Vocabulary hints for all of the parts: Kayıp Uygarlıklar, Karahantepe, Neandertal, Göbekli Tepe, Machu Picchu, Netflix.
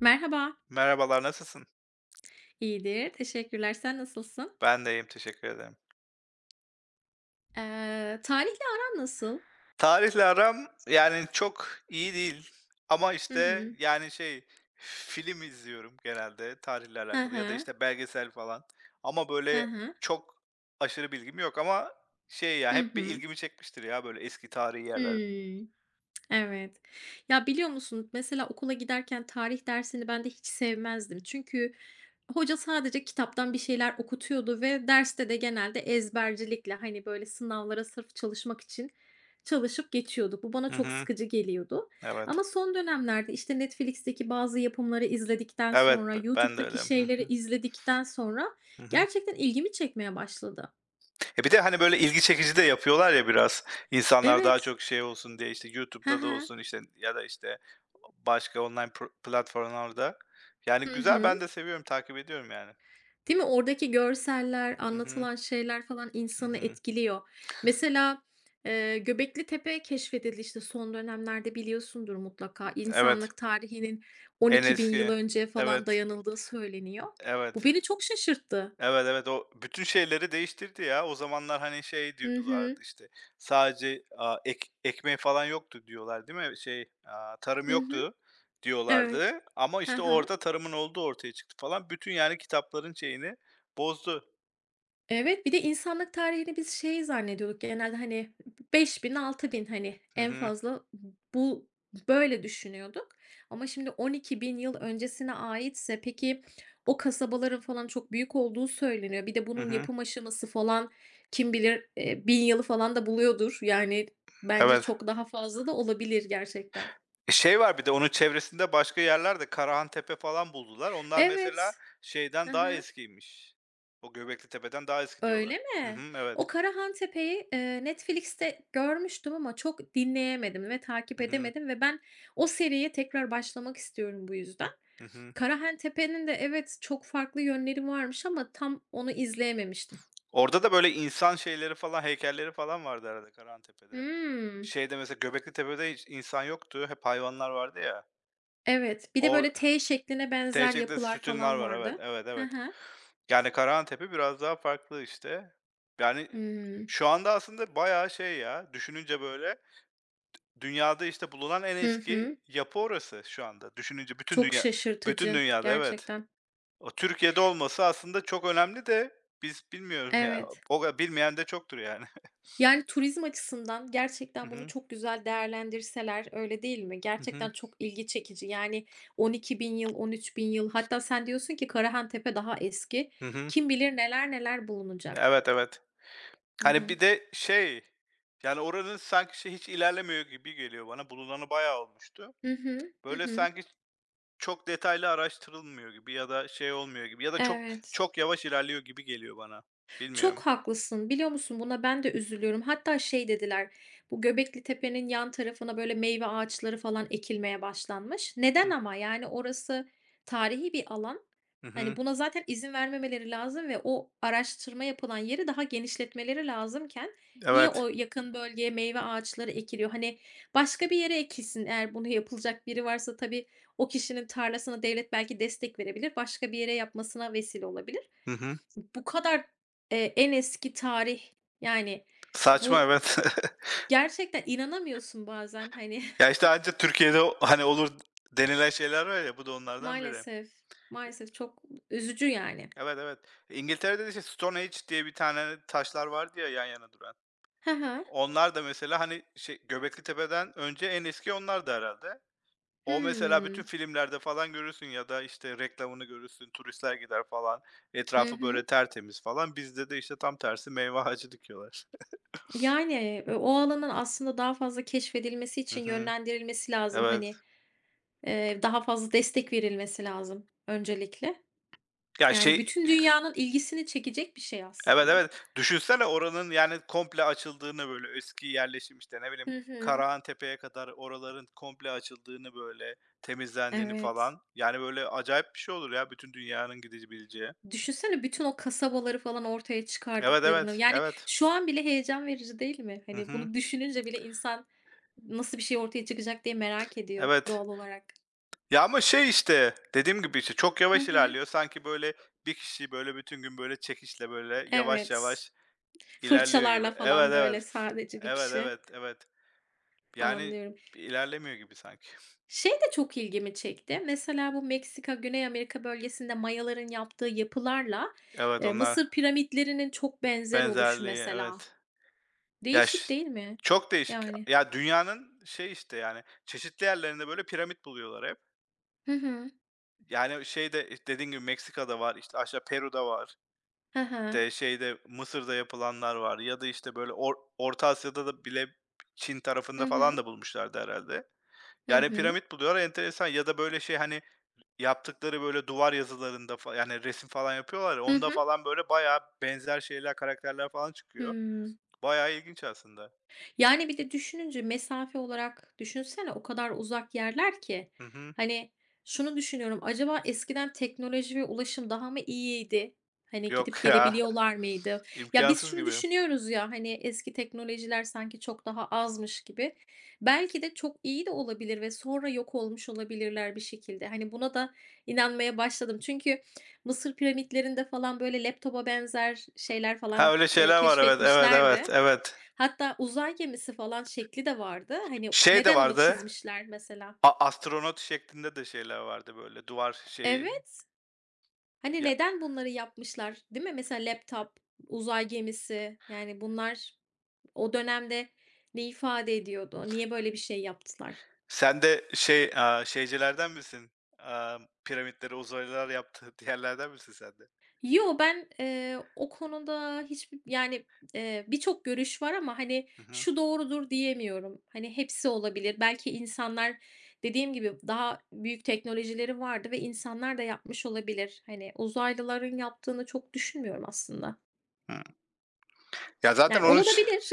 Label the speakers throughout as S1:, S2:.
S1: Merhaba.
S2: Merhabalar, nasılsın?
S1: İyidir, teşekkürler. Sen nasılsın?
S2: Ben de iyiyim, teşekkür ederim.
S1: Tarihle aran nasıl?
S2: Tarihle aram, yani, çok iyi değil ama,
S1: Hı
S2: işte,
S1: hı.
S2: yani, şey, film izliyorum genelde tarihle
S1: Hı
S2: alakalı ya da,
S1: hı.
S2: işte, belgesel falan ama,
S1: Hı
S2: böyle,
S1: hı.
S2: çok aşırı bilgim yok ama şey ya,
S1: Hı
S2: hep bir
S1: hı.
S2: ilgimi çekmiştir ya, böyle, eski tarihi yerler.
S1: Hımm. Evet. Ya, biliyor musun, mesela okula giderken tarih dersini ben de hiç sevmezdim. Çünkü hoca sadece kitaptan bir şeyler okutuyordu ve derste de genelde ezbercilikle, hani, böyle, sınavlara sırf çalışmak için çalışıp geçiyorduk. Bu bana
S2: Hı
S1: çok
S2: hı.
S1: sıkıcı geliyordu ama
S2: Evet.
S1: son dönemlerde, işte, Netflix'teki bazı yapımları izledikten
S2: Evet,
S1: sonra,
S2: ben de
S1: YouTube'daki
S2: öyle. Hı
S1: şeyleri
S2: hı.
S1: izledikten sonra
S2: Hı hı.
S1: gerçekten ilgimi çekmeye başladı.
S2: E bir de hani böyle ilgi çekici de yapıyorlar ya biraz. İnsanlar daha
S1: Evet.
S2: çok şey olsun diye işte
S1: He
S2: YouTube'da da
S1: he.
S2: olsun işte ya da işte başka online platformlarda. Yani
S1: Hı
S2: güzel ben
S1: hı.
S2: de seviyorum, takip ediyorum yani.
S1: Değil mi? Oradaki görseller,
S2: Hı hı.
S1: anlatılan şeyler falan
S2: Hı
S1: insanı
S2: hı.
S1: etkiliyor. Mesela, Göbekli Tepe keşfedildi, işte, son dönemlerde biliyorsundur mutlaka.
S2: Evet.
S1: İnsanlık tarihinin on
S2: En
S1: iki bin yıl
S2: eski.
S1: önce falan
S2: Evet.
S1: dayanıldığı söyleniyor. Bu
S2: Evet.
S1: beni çok şaşırttı.
S2: Evet, evet, o bütün şeyleri değiştirdi ya. O zamanlar, hani, şey
S1: Hı
S2: diyorlardı,
S1: hı.
S2: işte, sadece, aaa, ek ekmeği falan yoktu diyorlar, değil mi? Şey, tarım
S1: Hı hı.
S2: yoktu diyorlardı
S1: Evet.
S2: ama,
S1: He
S2: işte,
S1: he.
S2: orada tarımın olduğu ortaya çıktı falan. Bütün, yani, kitapların şeyini bozdu.
S1: Evet, bir de insanlık tarihini biz şey zannediyorduk genelde, hani, 5000 bin hani,
S2: Hı
S1: en
S2: hı.
S1: fazla bu böyle düşünüyorduk ama şimdi 12 bin yıl öncesine aitse peki o kasabaların falan çok büyük olduğu söyleniyor. Bir de
S2: Hı
S1: bunun
S2: hı.
S1: yapım aşaması falan kim bilir, 1000 yılı falan da buluyordur. Yani bence
S2: Evet.
S1: çok daha fazla da olabilir gerçekten.
S2: E, şey var bir de onun çevresinde başka yerlerde Karahan Tepe falan buldular. Onlar mesela
S1: Evet.
S2: şeyden daha
S1: Hı.
S2: eskiymiş. O Göbeklitepe'den daha eski
S1: Öyle
S2: diyorlar. Hı
S1: mi?
S2: hı,
S1: O
S2: evet.
S1: Karahantepe'yi, Netflix'te görmüştüm ama çok dinleyemedim ve takip
S2: Hı hı.
S1: edemedim ve ben o seriye tekrar başlamak istiyorum bu yüzden.
S2: Hı hı.
S1: Karahan Tepe'nin de evet, çok farklı yönleri varmış ama tam onu izleyememiştim.
S2: Orada da böyle insan şeyleri falan, heykelleri falan vardı herhâlde Karahantepe'de.
S1: Hımm.
S2: Şeyde mesela Göbeklitepe'de hiç insan yoktu, hep hayvanlar vardı ya.
S1: Evet. Bir de
S2: Or
S1: böyle T şekline benzer
S2: Tehcek'te
S1: yapılar
S2: sütunlar
S1: falan
S2: var, evet,
S1: vardı.
S2: evet,
S1: Hı
S2: evet.
S1: hı.
S2: Yani Karahantepe biraz daha farklı işte. Yani
S1: Hımm.
S2: şu anda aslında bayağı şey ya, düşününce böyle dünyada işte bulunan en
S1: Hı
S2: eski
S1: hı.
S2: yapı orası şu anda. Düşününce
S1: Çok
S2: bütün
S1: şaşırtıcı
S2: dünyada evet.
S1: gerçekten.
S2: O Türkiye'de olması aslında çok önemli de biz bilmiyoruz ya.
S1: Evet.
S2: O bilmeyen de çoktur yani.
S1: Yani, turizm açısından
S2: Hı
S1: gerçekten bunu
S2: hı.
S1: çok güzel değerlendirseler, öyle değil mi?
S2: Hı
S1: Gerçekten
S2: hı.
S1: çok ilgi çekici. Yani, 12 bin yıl, 13 bin yıl hatta sen diyorsun ki Karahan Tepe daha eski.
S2: Hı hı.
S1: Kim bilir neler neler bulunacak.
S2: Evet, evet.
S1: Hı
S2: Hani
S1: hı.
S2: bir de şey, yani oranın sanki şey hiç ilerlemiyor gibi geliyor bana. Bulunanı bayağı olmuştu.
S1: Hı hı. Hı
S2: Böyle
S1: hı.
S2: sanki çok detaylı araştırılmıyor gibi ya da şey olmuyor gibi ya da çok
S1: Evet.
S2: çok yavaş ilerliyor gibi geliyor bana.
S1: Çok
S2: Bilmiyorum.
S1: haklısın. Biliyor musun buna ben de üzülüyorum. Hatta şey dediler, bu Göbekli Tepe'nin yan tarafına böyle meyve ağaçları falan ekilmeye başlanmış. Neden
S2: Hı
S1: ama? Yani orası tarihi bir alan.
S2: hı.
S1: Hani
S2: Hı.
S1: buna zaten izin vermemeleri lazım ve o araştırma yapılan yeri daha genişletmeleri lazımken niye o
S2: Evet.
S1: yakın bölgeye meyve ağaçları ekiliyor? Hani başka bir yere ekilsin eğer bunu yapılacak biri varsa tabii o kişinin tarlasına devlet belki destek verebilir. Başka bir yere yapmasına vesile olabilir.
S2: Hı hı.
S1: Bu kadar, en eski tarih, yani,
S2: Saçma,
S1: bu
S2: evet.
S1: gerçekten inanamıyorsun bazen, hani,
S2: Ya işte ancak Türkiye'de hani olur denilen şeyler var ya bu da onlardan biri.
S1: maalesef, maalesef çok üzücü yani.
S2: Evet, evet. İngiltere'de de işte Stone Age diye bir tane taşlar vardı ya yan yana duran.
S1: Hı hı.
S2: Onlar da mesela, hani, şey, Göbekli tepe'den önce en eski onlar da herhalde. O mesela bütün
S1: Hımm.
S2: filmlerde falan görürsün ya da, işte, reklamını görürsün, turistler gider falan,
S1: Hı
S2: etrafı
S1: hı.
S2: böyle tertemiz falan. Bizde de, işte, tam tersi meyve ağacı dikiyorlar.
S1: Yani, o alanın aslında daha fazla keşfedilmesi
S2: Hı
S1: için
S2: hı.
S1: yönlendirilmesi lazım, hani,
S2: Evet.
S1: daha fazla destek verilmesi lazım öncelikle.
S2: Ya,
S1: Yani,
S2: şey
S1: bütün dünyanın ilgisini çekecek bir şey
S2: Evet,
S1: aslında.
S2: evet. Düşünsene oranın, yani, komple açıldığını, böyle, eski yerleşim, işte, ne bileyim,
S1: Hı hı.
S2: Karahantepe'ye kadar oraların komple açıldığını, böyle, temizlendiğini
S1: Evet.
S2: falan. Yani, böyle, acayip bir şey olur ya bütün dünyanın gidebileceği.
S1: Düşünsene bütün o kasabaları falan ortaya
S2: Evet,
S1: çıkardıklarını.
S2: evet,
S1: Yani
S2: evet.
S1: şu an bile heyecan verici değil mi?
S2: Hı
S1: Hani
S2: hı.
S1: bunu düşününce bile insan nasıl bir şey ortaya çıkacak diye merak ediyor
S2: Evet.
S1: doğal olarak.
S2: Ya, ama şey, işte, dediğim gibi, işte, çok
S1: Hı
S2: yavaş
S1: hı.
S2: ilerliyor. Sanki, böyle, bir kişi, böyle, bütün gün, böyle, çekişle, böyle, yavaş
S1: Evet.
S2: yavaş ilerliyor gibi.
S1: Fırçalarla falan
S2: Evet,
S1: böyle
S2: evet.
S1: sadece bir
S2: Evet,
S1: kişi.
S2: evet, evet. Yani,
S1: Anlıyorum.
S2: ilerlemiyor gibi sanki.
S1: Şey de çok ilgimi çekti. Mesela bu Meksika, Güney Amerika bölgesinde Mayaların yaptığı yapılarla
S2: Evet, onlar
S1: Mısır piramitlerinin çok benzer oluşu
S2: benzerliği,
S1: mesela.
S2: evet. Ya, ş
S1: Değişik değil mi?
S2: çok değişik.
S1: Yani.
S2: Ya, dünyanın şey, işte, yani, çeşitli yerlerinde, böyle, piramit buluyorlar hep.
S1: Hı hı.
S2: Yani, şeyde, dediğim gibi Meksika'da var, işte, aşağı Peru'da var.
S1: Hı hı.
S2: Şeyde Mısır'da yapılanlar var ya da, işte, böyle, Orta Asya'da da bile Çin
S1: Hı
S2: tarafında falan
S1: hı.
S2: da bulmuşlardı herhâlde.
S1: Hı
S2: Yani,
S1: hı.
S2: piramit buluyorlar, enteresan ya da, böyle, şey, hani, yaptıkları, böyle, duvar yazılarında yani, resim falan yapıyorlar ya,
S1: Hı
S2: onda
S1: hı.
S2: falan, böyle, bayağı benzer şeyler, karakterler falan çıkıyor.
S1: Hıı.
S2: Bayağı ilginç aslında.
S1: Yani, bir de düşününce mesafe olarak düşünsene o kadar uzak yerler ki.
S2: Hı hı.
S1: Hani, şunu düşünüyorum, acaba eskiden teknoloji ve ulaşım daha mı iyiydi? Hani, gidip
S2: Yok ya,
S1: gelebiliyorlar mıydı? Ya, biz
S2: imkânsız
S1: şunu
S2: gibi.
S1: düşünüyoruz ya, hani, eski teknolojiler sanki çok daha azmış gibi. Belki de çok iyi de olabilir ve sonra yok olmuş olabilirler bir şekilde. Hani, buna da inanmaya başladım. Çünkü Mısır piramitlerinde falan, böyle, laptopa benzer şeyler
S2: Ha,
S1: falan,
S2: öyle şeyler var, evet, evet,
S1: keşfetmişlerdi.
S2: evet, evet.
S1: Hatta uzay gemisi falan şekli de vardı. Hani,
S2: Şey de
S1: neden onu
S2: vardı,
S1: çizmişler mesela?
S2: astronot şeklinde de şeyler vardı, böyle, duvar şeyi.
S1: Evet, hani,
S2: Ya,
S1: neden bunları yapmışlar, değil mi? Mesela laptop, uzay gemisi, yani, bunlar o dönemde ne ifade ediyordu? Niye böyle bir şey yaptılar?
S2: sen de şey, şeycilerden misin? Aaa, piramitleri uzaylılar yaptı diyenlerden misin sen de?
S1: Yo, ben, o konuda hiçbir yani, birçok görüş var ama, hani,
S2: Hı hı.
S1: şu doğrudur diyemiyorum. Hani, hepsi olabilir. Belki insanlar dediğim gibi daha büyük teknolojileri vardı ve insanlar da yapmış olabilir. Hani, uzaylıların yaptığını çok düşünmüyorum aslında.
S2: Hıı. Ya, zaten
S1: Yani
S2: onun ş
S1: olabilir,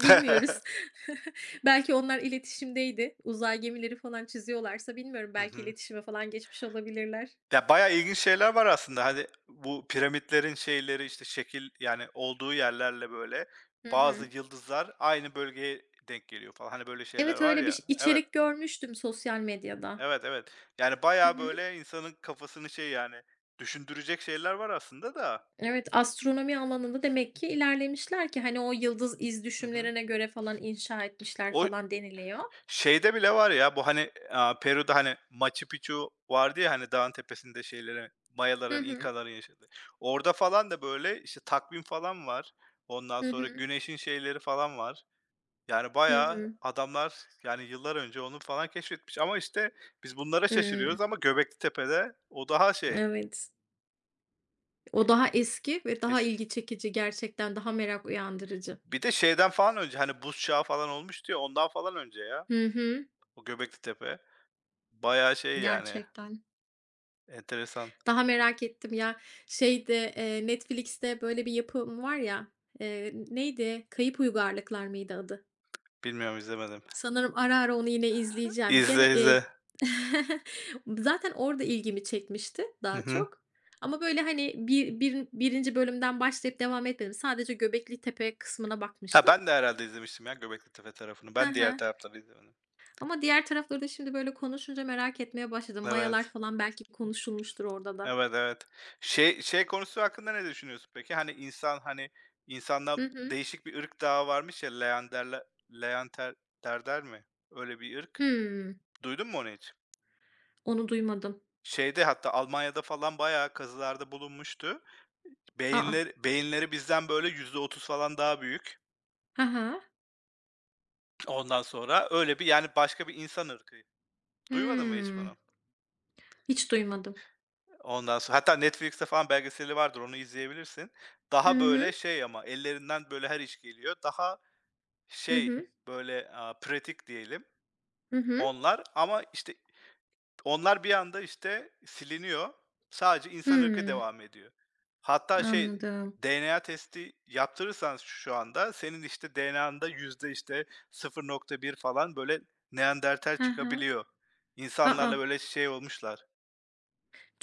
S1: bilmiyoruz. Belki onlar iletişimdeydi. Uzay gemileri falan çiziyorlarsa bilmiyorum,
S2: Hı
S1: belki
S2: hı.
S1: iletişime falan geçmiş olabilirler.
S2: Ya, bayağı ilginç şeyler var aslında. Hani, bu piramitlerin şeyleri, işte, şekil, yani, olduğu yerlerle, böyle,
S1: Hı
S2: bazı
S1: hı.
S2: yıldızlar aynı bölgeye denk geliyor falan. Hani, böyle şeyler
S1: Evet,
S2: var
S1: öyle bir ş
S2: ya. Evet,
S1: içerik görmüştüm sosyal medyada.
S2: evet, evet. Yani,
S1: Hı
S2: bayağı,
S1: hı.
S2: böyle, insanın kafasını şey, yani, düşündürecek şeyler var aslında da.
S1: Evet, astronomi alanında demek ki ilerlemişler ki hani o yıldız iz
S2: Hı hı.
S1: düşümlerine göre falan inşa etmişler
S2: O
S1: falan deniliyor.
S2: Şeyde bile var ya bu, hani, Peru'da, hani, Machu Picchu vardı ya, hani, dağın tepesinde şeylerin,
S1: Hı
S2: Mayaların,
S1: hı.
S2: İnkaların yaşadığı. Orada falan da böyle, işte, takvim falan var. Ondan
S1: Hı
S2: sonra
S1: hı.
S2: güneşin şeyleri falan var. Yani
S1: Hı
S2: bayağı
S1: hı.
S2: adamlar, yani, yıllar önce onu falan keşfetmiş ama, işte, biz bunlara
S1: Hıı.
S2: şaşırıyoruz ama Göbeklitepe'de o daha şey,
S1: Evet. O daha eski ve daha
S2: eski.
S1: ilgi çekici gerçekten, daha merak uyandırıcı.
S2: Bir de şeyden falan önce, hani, buz çağı falan olmuş diyor ondan falan önce ya
S1: Hı hı.
S2: o Göbeklitepe. Bayağı şey, yani,
S1: Gerçekten.
S2: enteresan.
S1: Daha merak ettim ya. Şeyde, Netflix'te böyle bir yapım var ya, neydi? Kayıp Uygarlıklar mıydı adı?
S2: Bilmiyorum, izlemedim.
S1: Sanırım ara ara onu yine izleyeceğim. Gene,
S2: İzle, izle.
S1: zaten orada ilgimi çekmişti
S2: Hı
S1: daha
S2: hı.
S1: çok ama böyle, hani, bir birin 1. bölümden başlayıp devam etmedim. Sadece Göbekli Tepe kısmına
S2: Ha,
S1: bakmıştım.
S2: ben de herhalde izlemiştim ya Göbekli Tepe tarafını.
S1: Hı
S2: Ben diğer
S1: hı.
S2: tarafları izlemedim.
S1: Ama diğer tarafları da şimdi böyle konuşunca merak etmeye başladım. Mayalar
S2: Evet.
S1: falan belki konuşulmuştur orada da.
S2: Evet, evet. Şey şey konusu hakkında ne düşünüyorsun peki? Hani insan, hani,
S1: Hı
S2: insanda
S1: hı.
S2: değişik bir ırk daha varmış ya, Leanderler, Leanterterler mi? Öyle bir ırk.
S1: Hımm.
S2: Duydun mu onu hiç?
S1: Onu duymadım.
S2: Şeyde hatta Almanya'da falan bayağı kazılarda bulunmuştu.
S1: Aa. A!
S2: Beyinleri bizden böyle %30 falan daha büyük.
S1: Hı hı.
S2: Ondan sonra öyle bir yani başka bir insan ırkı. Duymadın mı hiç
S1: Hımm.
S2: bunu?
S1: Hiç duymadım.
S2: Ondan sonra hatta Netflix'te falan belgeseli vardır, onu izleyebilirsin.
S1: Hı
S2: Daha
S1: hı.
S2: böyle şey ama ellerinden böyle her iş geliyor. Daha
S1: Hı
S2: şey,
S1: hı.
S2: böyle, pratik diyelim
S1: Hı hı.
S2: onlar ama, işte, onlar bir anda, işte, siliniyor. Sadece insan ırkı
S1: Hımm.
S2: devam ediyor. Hatta şey,
S1: Anladım.
S2: DNA testi yaptırırsan şu anda senin, işte, DNA'nda yüzde, işte, 0.1 falan böyle Neandertal
S1: Hı hı.
S2: çıkabiliyor. İnsanlarla
S1: A,
S2: böyle şey olmuşlar.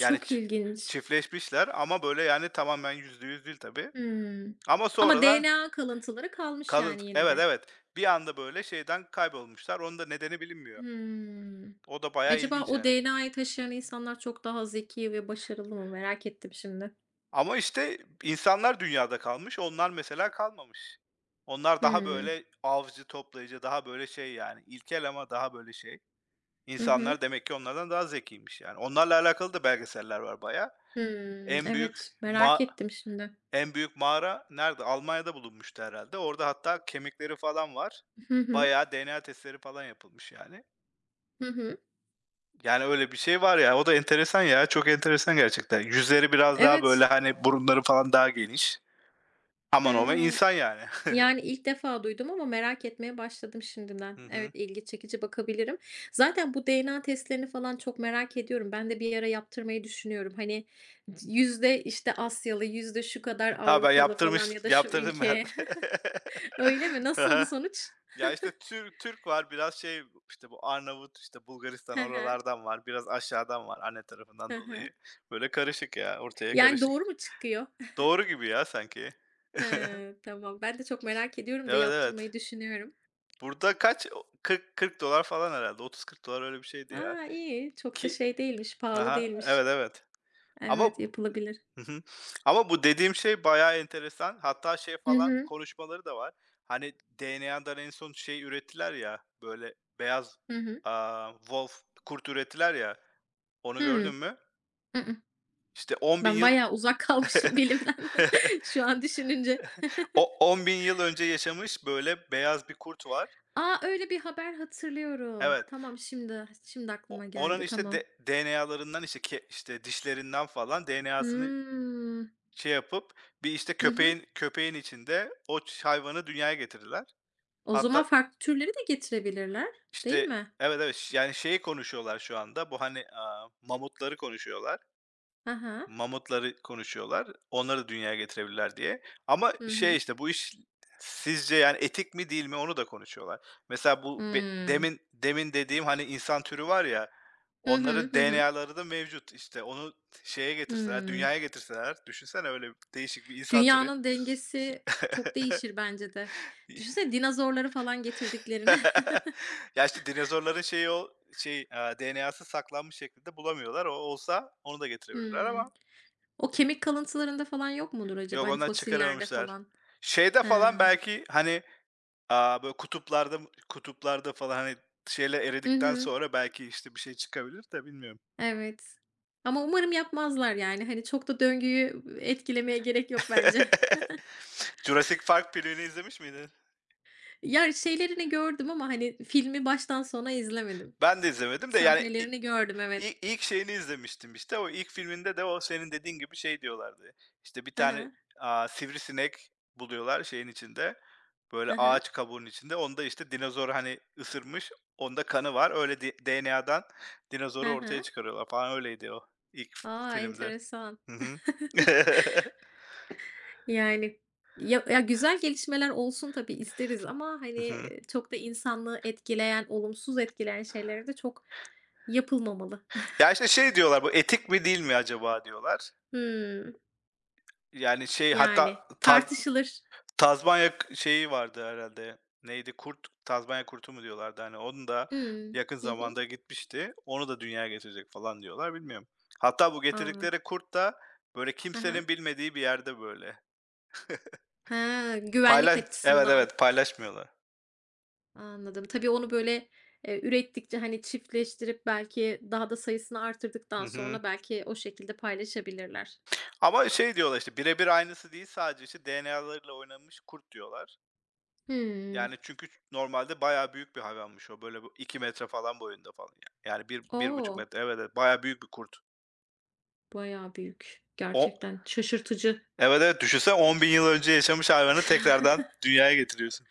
S2: Yani
S1: ilginç.
S2: çiftleşmişler ama böyle, yani, tamamen %100 değil tabii.
S1: Hımm.
S2: Ama
S1: Ama
S2: sonradan
S1: DNA kalıntıları kalmış yani yine
S2: evet,
S1: de.
S2: evet. Bir anda böyle şeyden kaybolmuşlar. Onun da nedeni bilinmiyor.
S1: Hımm.
S2: O da bayağı
S1: Acaba
S2: ilginç
S1: o
S2: yani.
S1: DNA'yı taşıyan insanlar çok daha zeki ve başarılı mı? Merak ettim şimdi.
S2: Ama, işte, insanlar dünyada kalmış, onlar mesela kalmamış. Onlar daha
S1: Hımm.
S2: böyle avcı, toplayıcı, daha böyle şey, yani, ilkel ama daha böyle şey.
S1: Hı hı.
S2: İnsanlar demek ki onlardan daha zekiymiş yani. Onlarla alakalı da belgeseller var bayağı.
S1: Hımm.
S2: En büyük
S1: Evet, merak
S2: ma
S1: ettim şimdi.
S2: En büyük mağara nerede? Almanya'da bulunmuştu herhalde. Orada hatta kemikleri falan var.
S1: Hı hı.
S2: Bayağı DNA testleri falan yapılmış yani.
S1: Hı hı.
S2: Yani öyle bir şey var ya, o da enteresan ya, çok enteresan gerçekten. Yüzleri biraz daha böyle,
S1: Evet.
S2: hani, burunları falan daha geniş. Aman aman
S1: He.
S2: insan yani.
S1: Yani, ilk defa duydum ama merak etmeye başladım şimdiden.
S2: Hı
S1: Evet,
S2: hı.
S1: ilgi çekici, bakabilirim. Zaten bu DNA testlerini falan çok merak ediyorum. Ben de bir ara yaptırmayı düşünüyorum. Hani, yüzde, işte, Asyalı, yüzde şu kadar
S2: Ha, ben
S1: Avrupalı falan ya da şu
S2: yaptırdım ben.
S1: ülke. Öyle mi? Nasıldı
S2: Hı.
S1: sonuç?
S2: Ya, işte Türk var, biraz şey, işte bu Arnavut, işte Bulgaristan
S1: He he.
S2: oralardan var, biraz aşağıdan var anne tarafından
S1: Hı hı.
S2: dolayı. Böyle karışık ya, ortaya
S1: Yani,
S2: karışık.
S1: doğru mu çıkıyor?
S2: Doğru gibi ya sanki.
S1: Hıı, tamam. Ben de çok merak ediyorum da
S2: Evet,
S1: yaptırmayı
S2: evet.
S1: düşünüyorum.
S2: Burada kaç o $40 dolar falan herhalde 30-40 dolar öyle bir şeydi ya.
S1: Aa iyi. Çok da
S2: Ki
S1: şey değilmiş, pahalı
S2: Ha
S1: değilmiş.
S2: Evet, evet. Ama
S1: Evet, yapılabilir.
S2: Hı hı. Ama bu dediğim şey bayağı enteresan. Hatta şey
S1: Hı
S2: falan
S1: hı.
S2: konuşmaları da var. Hani DNA'dan en son şey ürettiler ya, böyle beyaz,
S1: Hı hı.
S2: wolf, kurt ürettiler ya. Onu
S1: Hıı.
S2: gördün mü? İşte 10.000
S1: Ben
S2: yıl
S1: bayağı uzak kalmışım bilimden şu an düşününce.
S2: o 10.000 yıl önce yaşamış böyle beyaz bir kurt var.
S1: Aa öyle bir haber hatırlıyorum.
S2: Evet.
S1: Tamam, şimdi
S2: O
S1: aklıma
S2: oranın,
S1: geldi,
S2: işte,
S1: tamam.
S2: de DNA'larından, işte, işte, dişlerinden falan DNA'sını
S1: Hımm.
S2: şey yapıp bir, işte,
S1: Hı hı.
S2: köpeğin içinde o hayvanı dünyaya getirirler.
S1: O zaman
S2: Hatta,
S1: farklı türleri de getirebilirler, değil
S2: işte
S1: mi?
S2: Evet, evet, yani, şeyi konuşuyorlar şu anda, bu, hani, mamutları konuşuyorlar.
S1: Aha.
S2: Mamutları konuşuyorlar. Onları dünyaya getirebilirler diye. Ama
S1: Hı. Hı
S2: şey,
S1: hı.
S2: işte, bu iş sizce, yani, etik mi değil mi onu da konuşuyorlar. Mesela bu be
S1: Hmm.
S2: demin demin dediğim, hani, insan türü var ya,
S1: Hı hı.
S2: onların
S1: Hı hı.
S2: DNA'ları da mevcut, işte, onu şeye getirseler,
S1: Hımm.
S2: dünyaya getirseler, düşünsene öyle değişik bir insan türü.
S1: Dünyanın dengesi çok değişir bence de. Düşünsene dinozorları falan getirdiklerine.
S2: Ya, işte, dinozorların şeyi o şey, DNA'sı saklanmış şekilde bulamıyorlar. O olsa onu da getirebilirler
S1: Hımm.
S2: ama
S1: O kemik kalıntılarında falan yok mudur acaba?
S2: yok,
S1: Hani
S2: onlar
S1: fosillerde
S2: çıkaramamışlar.
S1: falan.
S2: Şeyde
S1: He.
S2: falan belki, hani, böyle kutuplarda falan, hani, şeyler
S1: Hı
S2: eridikten
S1: hı.
S2: sonra belki, işte, bir şey çıkabilir de bilmiyorum.
S1: Evet. Ama umarım yapmazlar, yani. Hani, çok da döngüyü etkilemeye gerek yok bence.
S2: Jurassic Park filmini izlemiş miydin?
S1: Ya, şeylerini gördüm ama, hani, filmi baştan sona izlemedim.
S2: Ben de izlemedim de, yani, i
S1: Sahnelerini gördüm, evet.
S2: i ilk şeyini izlemiştim, işte. O ilk filminde de o senin dediğin gibi şey diyorlardı, İşte bir
S1: Hı
S2: tane,
S1: hı.
S2: sivrisinek buluyorlar şeyin içinde,
S1: Hı
S2: böyle
S1: hı.
S2: ağaç kabuğunun içinde. Onda, işte, dinozor, hani, ısırmış, onda kanı var. Öyle DNA'dan
S1: Hı
S2: dinozoru ortaya
S1: hı.
S2: çıkarıyorlar falan. Öyleydi o ilk
S1: A,
S2: filmde.
S1: enteresan.
S2: Hı hı.
S1: Yani, ya ya, güzel gelişmeler olsun tabii, isteriz ama, hani,
S2: Hı hı.
S1: çok da insanlığı etkileyen, olumsuz etkileyen şeyleri de çok yapılmamalı.
S2: Ya, işte, şey diyorlar, "Bu etik mi değil mi acaba?" diyorlar.
S1: Hımm.
S2: Yani, şey,
S1: Yani,
S2: hatta
S1: tartışılır.
S2: Tazmanya şeyi vardı herhalde neydi, kurt, Tazmanya kurtu mu diyorlardı, hani, onun da
S1: Hımm.
S2: yakın
S1: Hı hı.
S2: zamanda gitmişti. Onu da dünyaya getirecek falan diyorlar, bilmiyorum. Hatta bu
S1: A!
S2: getirdikleri kurt da, böyle,
S1: Hı hı.
S2: kimsenin bilmediği bir yerde, böyle,
S1: Ha, güvenlik
S2: evet,
S1: açısından.
S2: evet, paylaşmıyorlar.
S1: Anladım. Tabii onu böyle, ürettikçe, hani, çiftleştirip belki daha da sayısını artırdıktan
S2: Hı hı.
S1: sonra belki o şekilde paylaşabilirler.
S2: Ama şey diyorlar, işte, birebir aynısı değil, sadece, işte, DNA'larıyla oynanmış kurt diyorlar.
S1: Hımm.
S2: Yani, çünkü normalde bayağı büyük bir hayvanmış o. Böyle, bu 2 metre falan boyunda falan, yani bir bir buçuk
S1: O!
S2: metre. Evet, evet, bayağı büyük bir kurt.
S1: Bayağı büyük.
S2: O
S1: Gerçekten şaşırtıcı.
S2: Evet, evet, düşünsene 10.000 yıl önce yaşamış hayvanı tekrardan dünyaya getiriyorsun.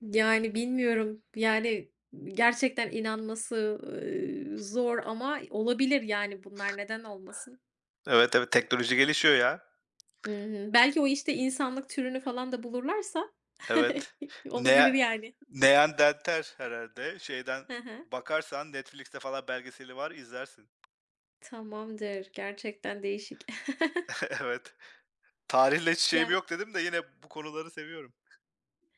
S1: Yani, bilmiyorum. Yani, gerçekten inanması, zor ama olabilir, yani, bunlar. Neden olmasın?
S2: Evet, evet, teknoloji gelişiyor ya.
S1: Hı hı. Belki o işte insanlık türünü falan da bulurlarsa
S2: Evet.
S1: olabilir,
S2: Nea
S1: yani.
S2: Neandertal herhâlde. Şeyden
S1: Hı hı.
S2: bakarsan Netflix'te falan belgeseli var, izlersin.
S1: Tamamdır. Gerçekten değişik.
S2: Evet. Tarihle hiç şeyim
S1: Yani,
S2: yok dedim de yine bu konuları seviyorum.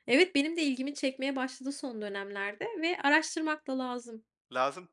S1: evet, benim de ilgimi çekmeye başladı son dönemlerde ve araştırmak da lazım.
S2: Lazım.